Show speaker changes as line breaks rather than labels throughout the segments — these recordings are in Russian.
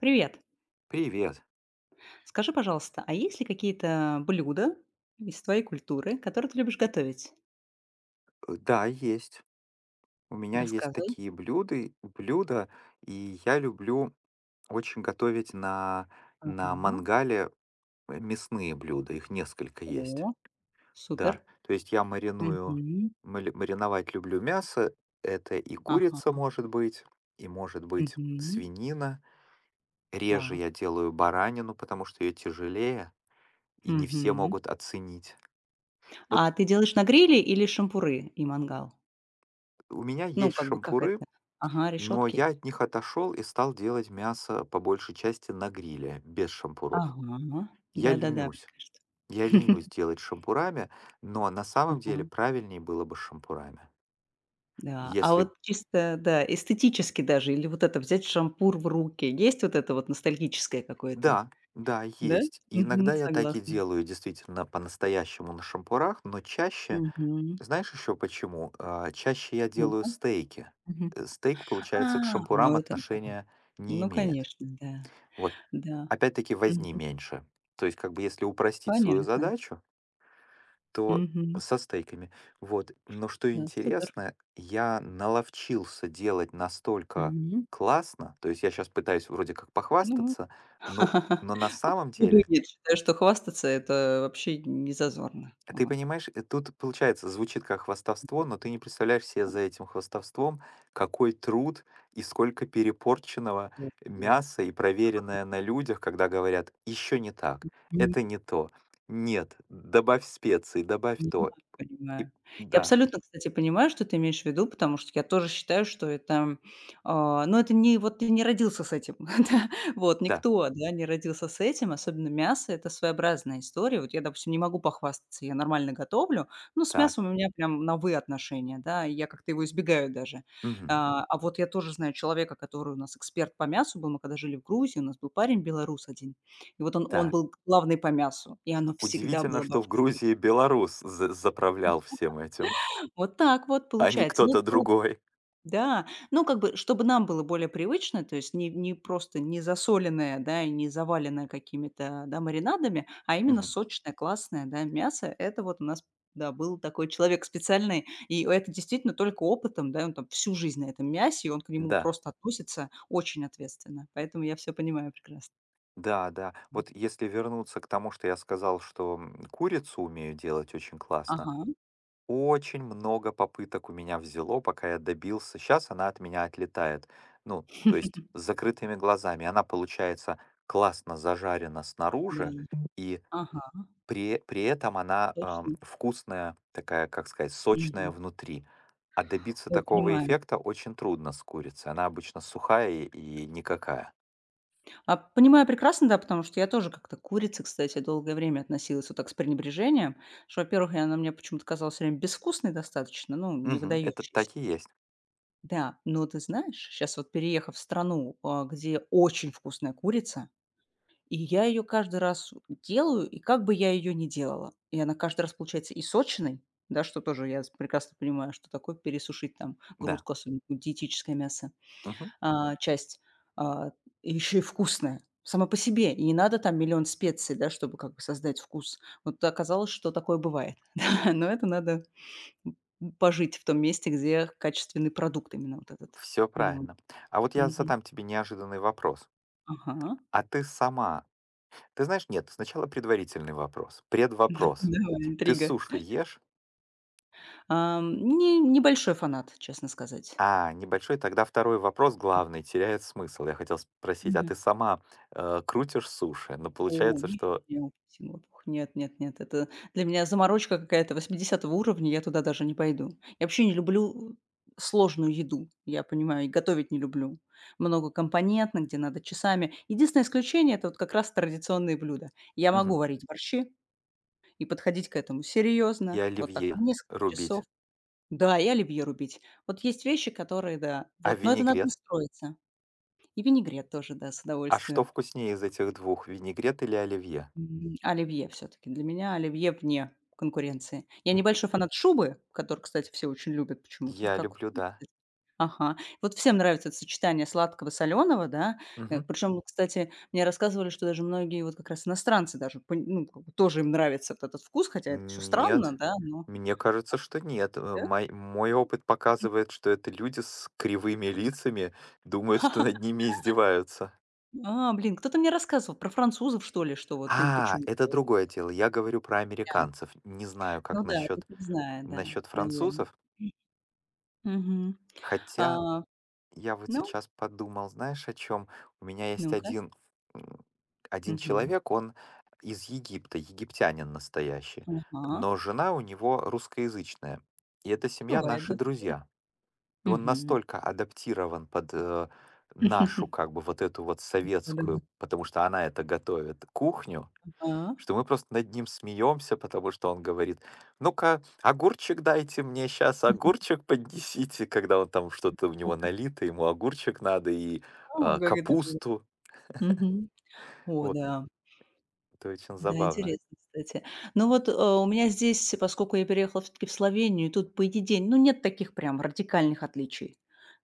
Привет.
Привет.
Скажи, пожалуйста, а есть ли какие-то блюда из твоей культуры, которые ты любишь готовить?
Да, есть. У меня есть
Рассказывай.
такие блюда, и я люблю очень готовить на
Ага.
мангале мясные блюда. Их несколько есть.
О,
Да,
супер.
то есть я мариную,
Мгм.
мариновать люблю мясо. Это и курица
Ага.
может быть, и может быть
Мгм.
свинина. Реже
Да.
я делаю баранину, потому что ее тяжелее, и не все
Мгм.
могут оценить. Вот
А ты делаешь на гриле или шампуры и мангал?
у меня
Ну,
есть
как бы как
шампуры.
это? Ага,
Но я
решетки.
от них отошел и стал делать мясо по большей части на гриле, без шампуров.
Ага.
Я
Да-да-да, мне
ленюсь.
кажется.
Я ленюсь делать шампурами, но на самом деле
Ага.
правильнее было бы с шампурами.
Да. А вот
Если.
чисто, да, эстетически даже, или вот это взять шампур в руки, есть вот это вот ностальгическое какое-то?
Да, да,
Да?
есть. И иногда
Мгм.
я так и
Согласна.
делаю действительно по-настоящему на шампурах, но чаще.
Мгм.
Знаешь еще почему? Чаще я делаю
Ну-ка.
стейки.
Мгм.
Стейк, получается, к
А,
шампурам
ну это да.
отношения не
Ну,
имеет.
конечно, да.
Вот,
Да.
опять-таки, возни
Мгм.
меньше. То есть, как бы, если упростить свою
Понятно.
задачу, то
Мгм.
со стейками. Вот. Но что
Да, супер.
интересно, я наловчился делать настолько
Мгм.
классно, то есть я сейчас пытаюсь вроде как
Ну,
похвастаться, но,
а
но на самом
почему бы и
деле,
нет? Считаю, что хвастаться- это вообще не зазорно.
ты
Вот.
понимаешь, тут получается, звучит как хвастовство, но ты не представляешь себе за этим хвастовством, какой труд и сколько перепорченного мяса и проверенное на людях, когда говорят, еще не так,
М.
это не то, нет, добавь специи, добавь то.
Понимаю,
И
понимаю. Я
да,
абсолютно, кстати, понимаю, что ты имеешь в виду, потому что я тоже считаю, что это, ну, это не вот ты не родился с этим, да, вот
да,
никто, да, не родился с этим, особенно мясо- это своеобразная история. Вот я, допустим, не могу похвастаться, я нормально готовлю, но с
так.
мясом у меня прям на "вы" отношения, да, и я как-то его избегаю даже.
Мгм.
А вот я тоже знаю человека, который у нас эксперт по мясу был, мы когда жили в Грузии, у нас был парень белорус один, и вот он
Так.
был главный по мясу, и оно всегда
Удивительно,
было
что в
божественно.
Грузии белорус за заправлял всем этим,
Вот так вот
а не
получается. Ну,
кто-то
было
другой.
да, ну, как бы, чтобы нам было более привычно, то есть не просто не засоленное, да, и не заваленное какими-то, да, маринадами, а именно
Мгм.
сочное, классное, да, мясо. Это вот у нас, да, был такой человек специальный, и это действительно только опытом, да, он там всю жизнь на этом мясе, и он к нему
Да,
просто относится очень ответственно. Поэтому я все понимаю прекрасно.
да, да. Вот если вернуться к тому, что я сказал, что курицу умею делать очень классно,
Ага.
очень много попыток у меня взяло, пока я добился. Сейчас она от меня отлетает. Ну, то есть с закрытыми глазами. Она получается классно зажарена
Да.
снаружи, и
Ага,
при этом она,
точно.
вкусная, такая, как сказать, сочная
Мгм.
внутри. А добиться
Ой,
такого
понимаю.
эффекта очень трудно с курицей. Она обычно сухая и никакая.
Понимаю прекрасно, да, потому что я тоже как-то к курице, кстати, долгое время относилась вот так с пренебрежением, что, во-первых, и она мне почему-то казалась всё время безвкусной достаточно, ну, не
Мгм. Это
выдающейся.
так и есть.
Да, но ты знаешь, сейчас вот переехав в страну, где очень вкусная курица, и я ее каждый раз делаю, и как бы я ее не делала, и она каждый раз получается и сочной, да, что тоже я прекрасно понимаю, что такое пересушить там
Да.
грудку, особенно диетическое мясо,
Все
часть, а, еще и вкусная сама по себе. И не надо там миллион специй, да, чтобы как бы создать вкус. Вот оказалось, что такое бывает. Да, но это надо пожить в том месте, где качественный продукт именно вот этот. Ну,
правильно. А вот я
мгм.
задам тебе неожиданный вопрос.
Ага.
А ты сама ты знаешь, нет, сначала предварительный вопрос, предвопрос.
Давай,
Ты
интрига.
суши ешь?
Ам, не небольшой фанат, честно сказать.
А, небольшой, тогда второй вопрос главный теряет смысл. Я хотел спросить, а ты сама, крутишь суши? Но
О,
получается,
не
что
не не, апельсиновый лопух. Нет нет нет, это для меня заморочка какая-то восьмидесятого уровня, я туда даже не пойду. Я вообще не люблю сложную еду, я понимаю, и готовить не люблю. Многокомпонентно, где надо часами. Единственное исключение- это вот как раз традиционные блюда. Я могу
мгм.
варить борщи и подходить к этому
И
серьезно, вот так на
оливье
несколько
рубить.
часов. Да, и оливье рубить. Вот есть вещи, которые, да,
А
вот, но это надо
винегрет?
настроиться. И винегрет тоже, да, с
А что
удовольствием.
вкуснее из этих двух, винегрет или оливье?
Оливье всё-таки. Для меня оливье вне конкуренции. Я
М,
небольшой фанат шубы, которую, кстати, все очень любят почему-то.
Я
Как вот
люблю,
вы,
да.
кстати? Ага. Вот всем нравится это сочетание сладкого, соленого, да. Э,
Мгм.
вот, кстати, мне рассказывали, что даже многие вот как раз иностранцы даже пон ну, как бы тоже им нравится вот этот вкус, хотя это всё странно,
Нет.
да, но.
Мне кажется, что нет. Э,
Да?
Мой, мой опыт показывает, что это люди с кривыми лицами думают, что над ними издеваются.
Блин, кто-то мне рассказывал про французов, что ли, что вот им
А,
почему-то
это
вот это
другое дело. Я говорю про
прям.
американцев. Не знаю,
Ну
как
да,
насчет
тут не знаю, да,
насчет
наверное.
французов.
Мгм. А,
Хотя я вот
ну,
сейчас подумал, знаешь, о чем? У меня есть
ну-ка.
м, один
Мгм.
человек, он из Египта, египтянин настоящий,
Ага.
но жена у него русскоязычная. И эта семья
Бывает,
наши
да, такое.
друзья. И он
Мгм.
настолько адаптирован под нашу, как бы, вот эту вот
Да-да-да.
советскую, потому что она это готовит, кухню,
А.
что мы просто над ним смеемся, потому что он говорит: "Ну-ка, огурчик дайте мне сейчас, огурчик поднесите". Когда он там что-то у него налито, ему огурчик надо и,
Алгоритм.
капусту.
Мгм. О
Вот.
да.
Это очень
Да,
забавно.
интересно, кстати. Ну вот, у меня здесь, поскольку я переехала все таки в Словению, и тут по идее день, ну, нет таких прям радикальных отличий.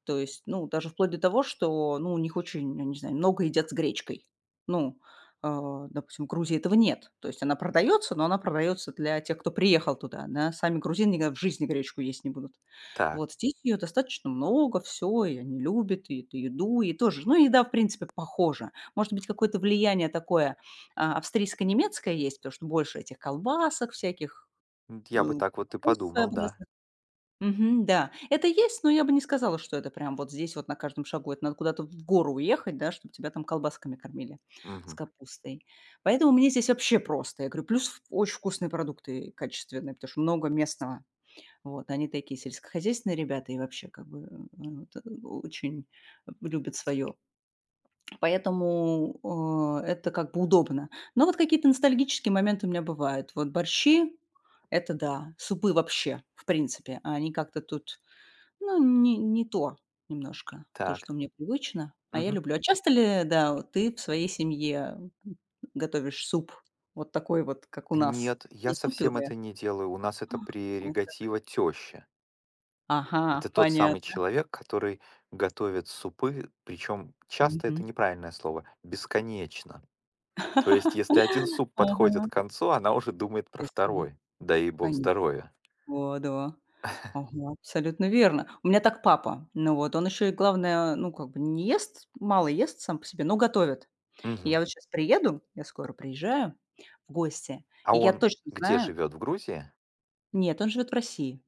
То есть, ну, даже вплоть до того, что, ну, у них очень, я не знаю, много едят с гречкой. Ну, допустим, в Грузии этого нет. То есть она продается, но она продается для тех, кто приехал туда, да. Сами грузины никогда в жизни гречку есть не будут.
Так,
Вот здесь ее достаточно много, все, и они любят и эту еду, и тоже, ну, еда, в принципе, похожа. Может быть, какое-то влияние такое австрийско-немецкая есть, потому что больше этих колбасок всяких,
я бы
ну,
так вот и
капуст
подумал, да.
своеобразных. Мгм, да. Это есть, но я бы не сказала, что это прям вот здесь вот на каждом шагу. Это надо куда-то в гору уехать, да, чтобы тебя там колбасками кормили с
Мгм.
капустой. Поэтому мне здесь вообще просто. Я говорю, плюс в очень вкусные продукты качественные, потому что много местного. Вот, они такие сельскохозяйственные ребята и вообще как бы вот, очень любят свое. Поэтому, это как бы удобно. Но вот какие-то ностальгические моменты у меня бывают. Вот борщи- это да, супы вообще, в принципе, а они как-то тут, ну, не то немножко, то,
Так.
что мне привычно, а я
Мгм.
люблю. А часто ли, да, вот ты в своей семье, готовишь суп вот такой вот, как у нас?
Нет, я
Не
совсем
суп-пюре,
это не делаю. У нас это
а вот как?
прерогатива тещи.
Ага,
Это тот самый
понятно.
человек, который готовит супы, причем часто
Мгм.
это неправильное слово, бесконечно. То есть, если один суп
Ага.
подходит к концу, она уже думает про
Естественно,
второй. Да ей бог здоровья.
О да. Ага, абсолютно верно. У меня так папа. Ну вот, он еще и главное, ну, как бы не ест, мало ест сам по себе, но готовит. И я
Мгм.
вот сейчас приеду, я скоро приезжаю в гости,
А
и я
он
точно
где
знаю.
живет? В Грузии?
Нет, он живет в России.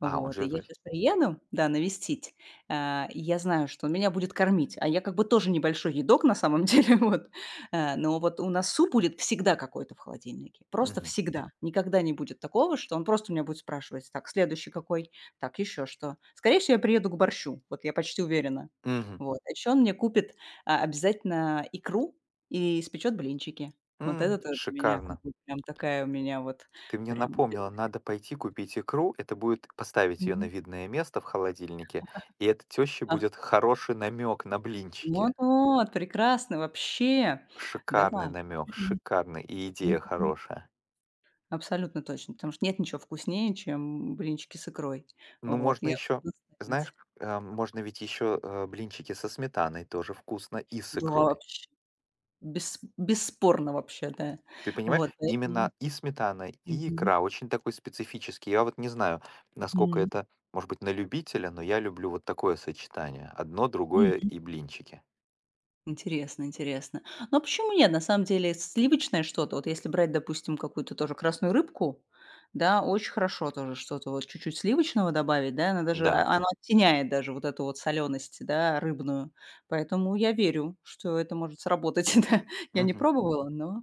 А, он
Вот, и
живет в
я
России.
сейчас приеду, да, навестить. И я знаю, что он меня будет кормить, а я как бы тоже небольшой едок на самом деле, вот. Но вот у нас суп будет всегда какой-то в холодильнике, просто
Мгм.
всегда. Никогда не будет такого, что он просто у меня будет спрашивать: "Так, следующий какой? Так, еще что?" Скорее всего, я приеду к борщу, вот я почти уверена.
Мгм.
Вот, а еще он мне купит, обязательно икру и испечет блинчики. Вот это тоже у меня как
Шикарно.
бы прям такая у меня вот
Ты мне
прям.
напомнила, надо пойти купить икру. Это будет поставить ее на видное место в холодильнике, и это тёще
Ах,
будет хороший намек на блинчики.
вот-вот, прекрасно вообще. Да.
Шикарный намек,
Мгм.
шикарный, и идея
Мгм.
хорошая.
Абсолютно точно, потому что нет ничего вкуснее, чем блинчики с икрой.
Ну,
Вот,
можно
я
еще,
буду
знаешь,
настаивать.
можно ведь еще, блинчики со сметаной, тоже вкусно, и с
Да,
икрой.
вообще. Бесспорно вообще, да.
Ты понимаешь,
Вот поэтому.
именно и сметана, и
Мгм.
икра очень такой специфический. Я вот не знаю, насколько
Мгм.
это, может быть, на любителя, но я люблю вот такое сочетание. Одно, другое и блинчики.
Интересно, интересно. Но почему нет? На самом деле сливочное что-то, вот если брать, допустим, какую-то тоже красную рыбку, да, очень хорошо тоже что-то вот чуть-чуть сливочного добавить, да, она даже,
Да.
она оттеняет даже вот эту вот соленость, да, рыбную. Поэтому я верю, что это может сработать, да. Я не
Мгм.
пробовала, но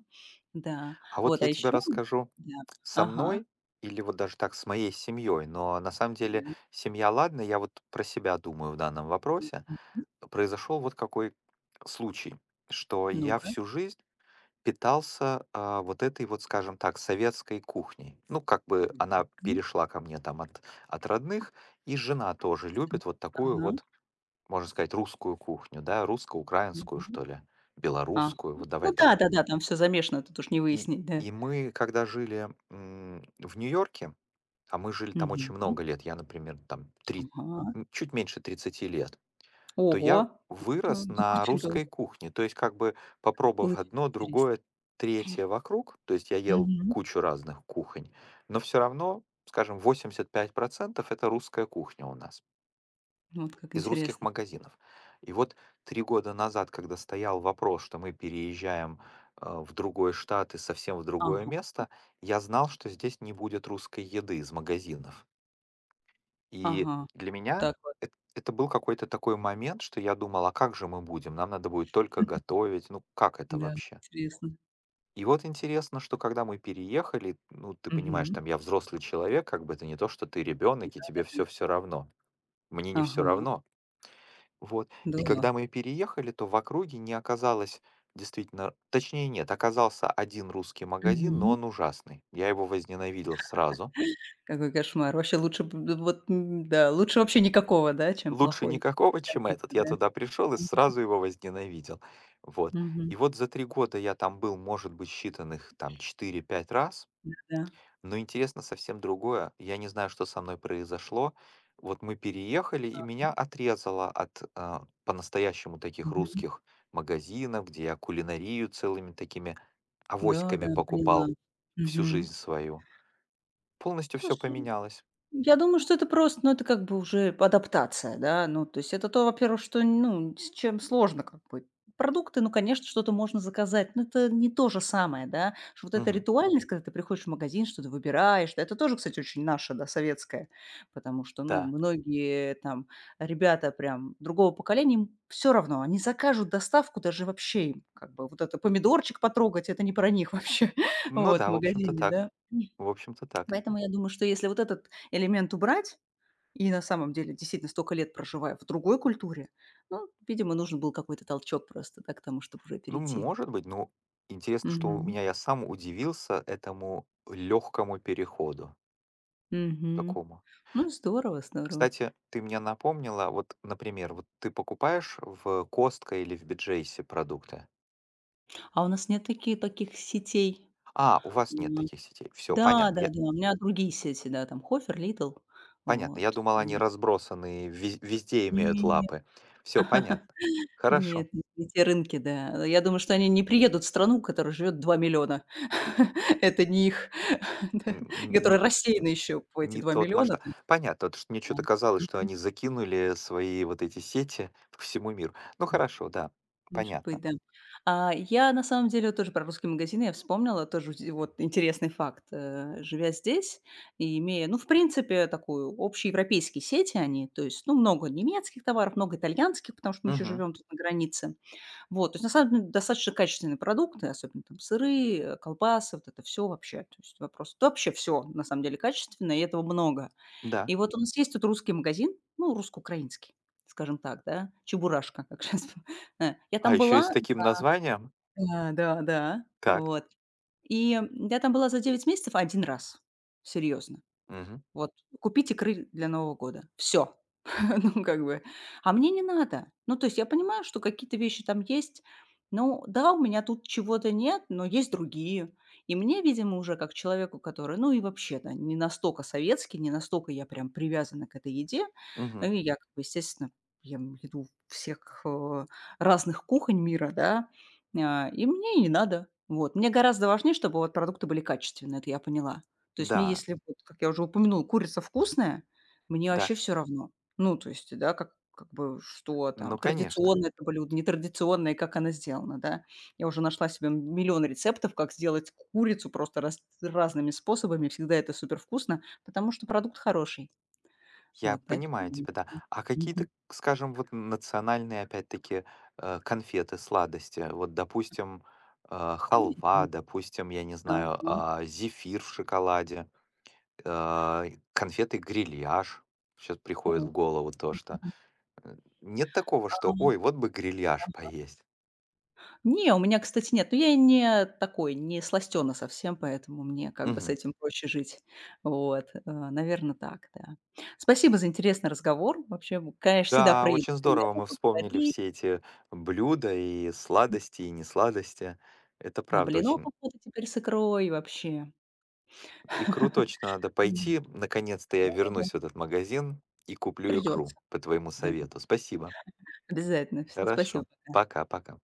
да.
А вот
Вот, а
я тебе
еще,
расскажу
да,
со
ага,
мной или вот даже так с моей семьей, но на самом деле
да-да.
семья, ладно, я вот про себя думаю в данном вопросе.
Мгм.
Произошел вот какой случай, что я
Ну-ка.
всю жизнь питался, вот этой вот, скажем так, советской кухней. Ну, как бы она
Мгм.
перешла ко мне там от родных, и жена тоже
Естественно.
любит вот такую
Ага.
вот, можно сказать, русскую кухню, да, русско-украинскую,
Мгм.
что ли,
Ага.
белорусскую, вот
Ну
давай так.
да, да, да, там все замешано, тут уж не
И,
выяснить, да.
и мы, когда жили в Нью-Йорке, а мы жили там
Мгм.
очень много лет, я, например, там три,
Ага.
чуть меньше 30 лет, то я
Ого! Да,
вырос
да,
на
очень долго.
русской кухне. То есть как бы
Как
попробовав
получилось,
одно,
интересно.
другое, третье вокруг, то есть я ел
Мгм.
кучу разных кухонь, но все равно, скажем, 85% это русская кухня у нас
Вот как
из русских
интересно.
магазинов. И вот 3 года назад, когда стоял вопрос, что мы переезжаем в другой штат и совсем в другое
Ага,
место, я знал, что здесь не будет русской еды из магазинов. И
ага.
для меня
Так вот,
эт это был какой-то такой момент, что я думал: "А как же мы будем? Нам надо будет только готовить. Ну, как это
да,
вообще?"
интересно.
И вот интересно, что когда мы переехали, ну, ты понимаешь,
Мгм.
там я взрослый человек, как бы это не то, что ты ребенок и тебе
Да-да-да.
все равно. Мне не все
Ага.
равно. Вот. И
Да.
когда мы переехали, то в округе не оказалось действительно точнее нет, оказался один русский магазин, но
Мгм.
он ужасный. Я его возненавидел сразу.
Какой кошмар. Вообще лучше б вот, да, лучше вообще никакого, да, чем
Лучше
плохой.
никакого,
Это
чем этот.
обидно,
Я
да.
туда пришел и
Ага.
сразу его возненавидел. Вот.
Мгм.
И вот за 3 года я там был, может быть, считанных там 4-5 раз,
Да.
но интересно совсем другое. Я не знаю, что со мной произошло. Вот мы переехали, и меня отрезало от по-настоящему таких
Мгм.
русских магазинов, где я кулинарию целыми такими авоськами
Да-да, поняла.
покупал всю
Мгм.
жизнь свою. Полностью все
Слушай.
поменялось.
Я думаю, что это просто, ну, это как бы уже адаптация, да. Ну, то есть это то, во-первых, что, ну, с чем сложно как бы. Продукты, ну, конечно, что-то можно заказать, но это не то же самое, да. Что вот эта
Мгм.
ритуальность, когда ты приходишь в магазин, что-то выбираешь, да, это тоже, кстати, очень наше, да, советское, потому что, ну,
Да.
многие там ребята прям другого поколения, все равно, они закажут доставку даже вообще им, как бы вот это помидорчик потрогать, это не про них вообще,
Ну
вот, в
да, в общем-то
магазине,
так.
да.
В общем-то так.
Поэтому я думаю, что если вот этот элемент убрать, и на самом деле действительно столько лет проживая в другой культуре, ну, видимо, нужен был какой-то толчок просто, да, к тому, чтобы уже
Ну,
перейти.
может быть, но интересно, что у
Мгм.
меня я сам удивился этому легкому переходу
Мгм.
такому.
Ну, здорово, здорово.
Кстати, ты мне напомнила, вот, например, вот ты покупаешь в Костко или в Биджейсе продукты.
А у нас нет такие таких сетей.
А, у вас нет
М,
таких сетей. Все,
да,
понятно.
да,
Я,
да. У меня другие сети, да, там Хофер, Lidl.
понятно.
Вот.
Я думал, они
М,
разбросаны, везде имеют
не-не-не.
лапы. Все, понятно. Хорошо.
Нет, не те рынки, да. Я думаю, что они не приедут в страну, в которой живет 2 миллиона. Это не их, да,
Н-
и
н-
которая
не-
рассеяна еще по эти
Не
2
тот
миллиона, то
масштаб.
есть,
Понятно, потому что мне что
да.
то казалось, что
Мгм,
они закинули свои вот эти сети к всему миру. Ну хорошо, да,
может быть,
понятно.
да. Я на самом деле вот тоже про русские магазины я вспомнила, тоже зе вот интересный факт. Живя здесь и имея, ну, в принципе, такую общеевропейские сети они, то есть, ну, много немецких товаров, много итальянских, потому что мы еще
Мгм,
живем тут на границе. Вот, то есть на самом деле достаточно качественные продукты, особенно там сыры, колбасы, вот это все вообще. То есть вопрос да вообще все на самом деле качественное, и этого много.
да.
И вот у нас есть тут русский магазин, ну, русско-украинский, скажем так, да, "Чебурашка", как сейчас? Я
А
там
еще и с
была.
таким названием.
Да, да, да,
Так.
вот. И, я там была за 9 месяцев один раз. Серьезно.
Мгм,
Вот, купить икры для Нового года. Все. Ну, как бы. А мне не надо. Ну, то есть я понимаю, что какие-то вещи там есть. Ну, да, у меня тут чего-то нет, но есть другие. И мне, видимо, уже как человеку, который, ну и вообще-то не настолько советский, не настолько я прям привязана к этой еде.
мгм.
Ну, и я, как бы, естественно, ем еду всех разных кухонь мира, да, и мне и не надо. Вот. Мне гораздо важнее, чтобы вот продукты были качественные, это я поняла. То есть мне,
Да,
если, вот, как я уже упомянула, курица вкусная, мне вообще
да.
все равно. Ну, то есть, да, как бы что там,
Ну, конечно.
традиционное это блюдо, нетрадиционное, и как оно сделано, да. Я уже нашла себе миллион рецептов, как сделать курицу просто разными способами. Всегда это супер вкусно, потому что продукт хороший.
Я
Вот
понимаю
поэтому.
тебя, да. А
Мгм.
какие-то, скажем, вот национальные, опять-таки, конфеты, сладости? Вот, допустим,
Мгм. Мгм.
халва, допустим, я не знаю,
Ага.
зефир в шоколаде. А, конфеты "Грильяж" сейчас приходит
Вот.
в голову то, что,
Мгм.
э, нет такого, что: "Ой, вот бы "Грильяж" поесть".
Не, у меня, кстати, нет. Но я и не такой, не сластена совсем, поэтому мне как бы с
Мгм.
этим проще жить. Вот, наверное, так, да. Спасибо за интересный разговор. Вообще, конечно, всегда
Да,
при
очень здорово
приятно
мы вспомнили
поговорить.
все эти блюда и сладости, и несладости. Это
На а
правда
блинов
очень.
охота теперь с икрой вообще.
Икру точно надо
М,
пойти. Наконец-то я
да-да-да,
вернусь в этот магазин и куплю
придется.
икру по твоему
Да,
совету. Спасибо.
обязательно. Всё,
Хорошо.
спасибо.
Пока-пока.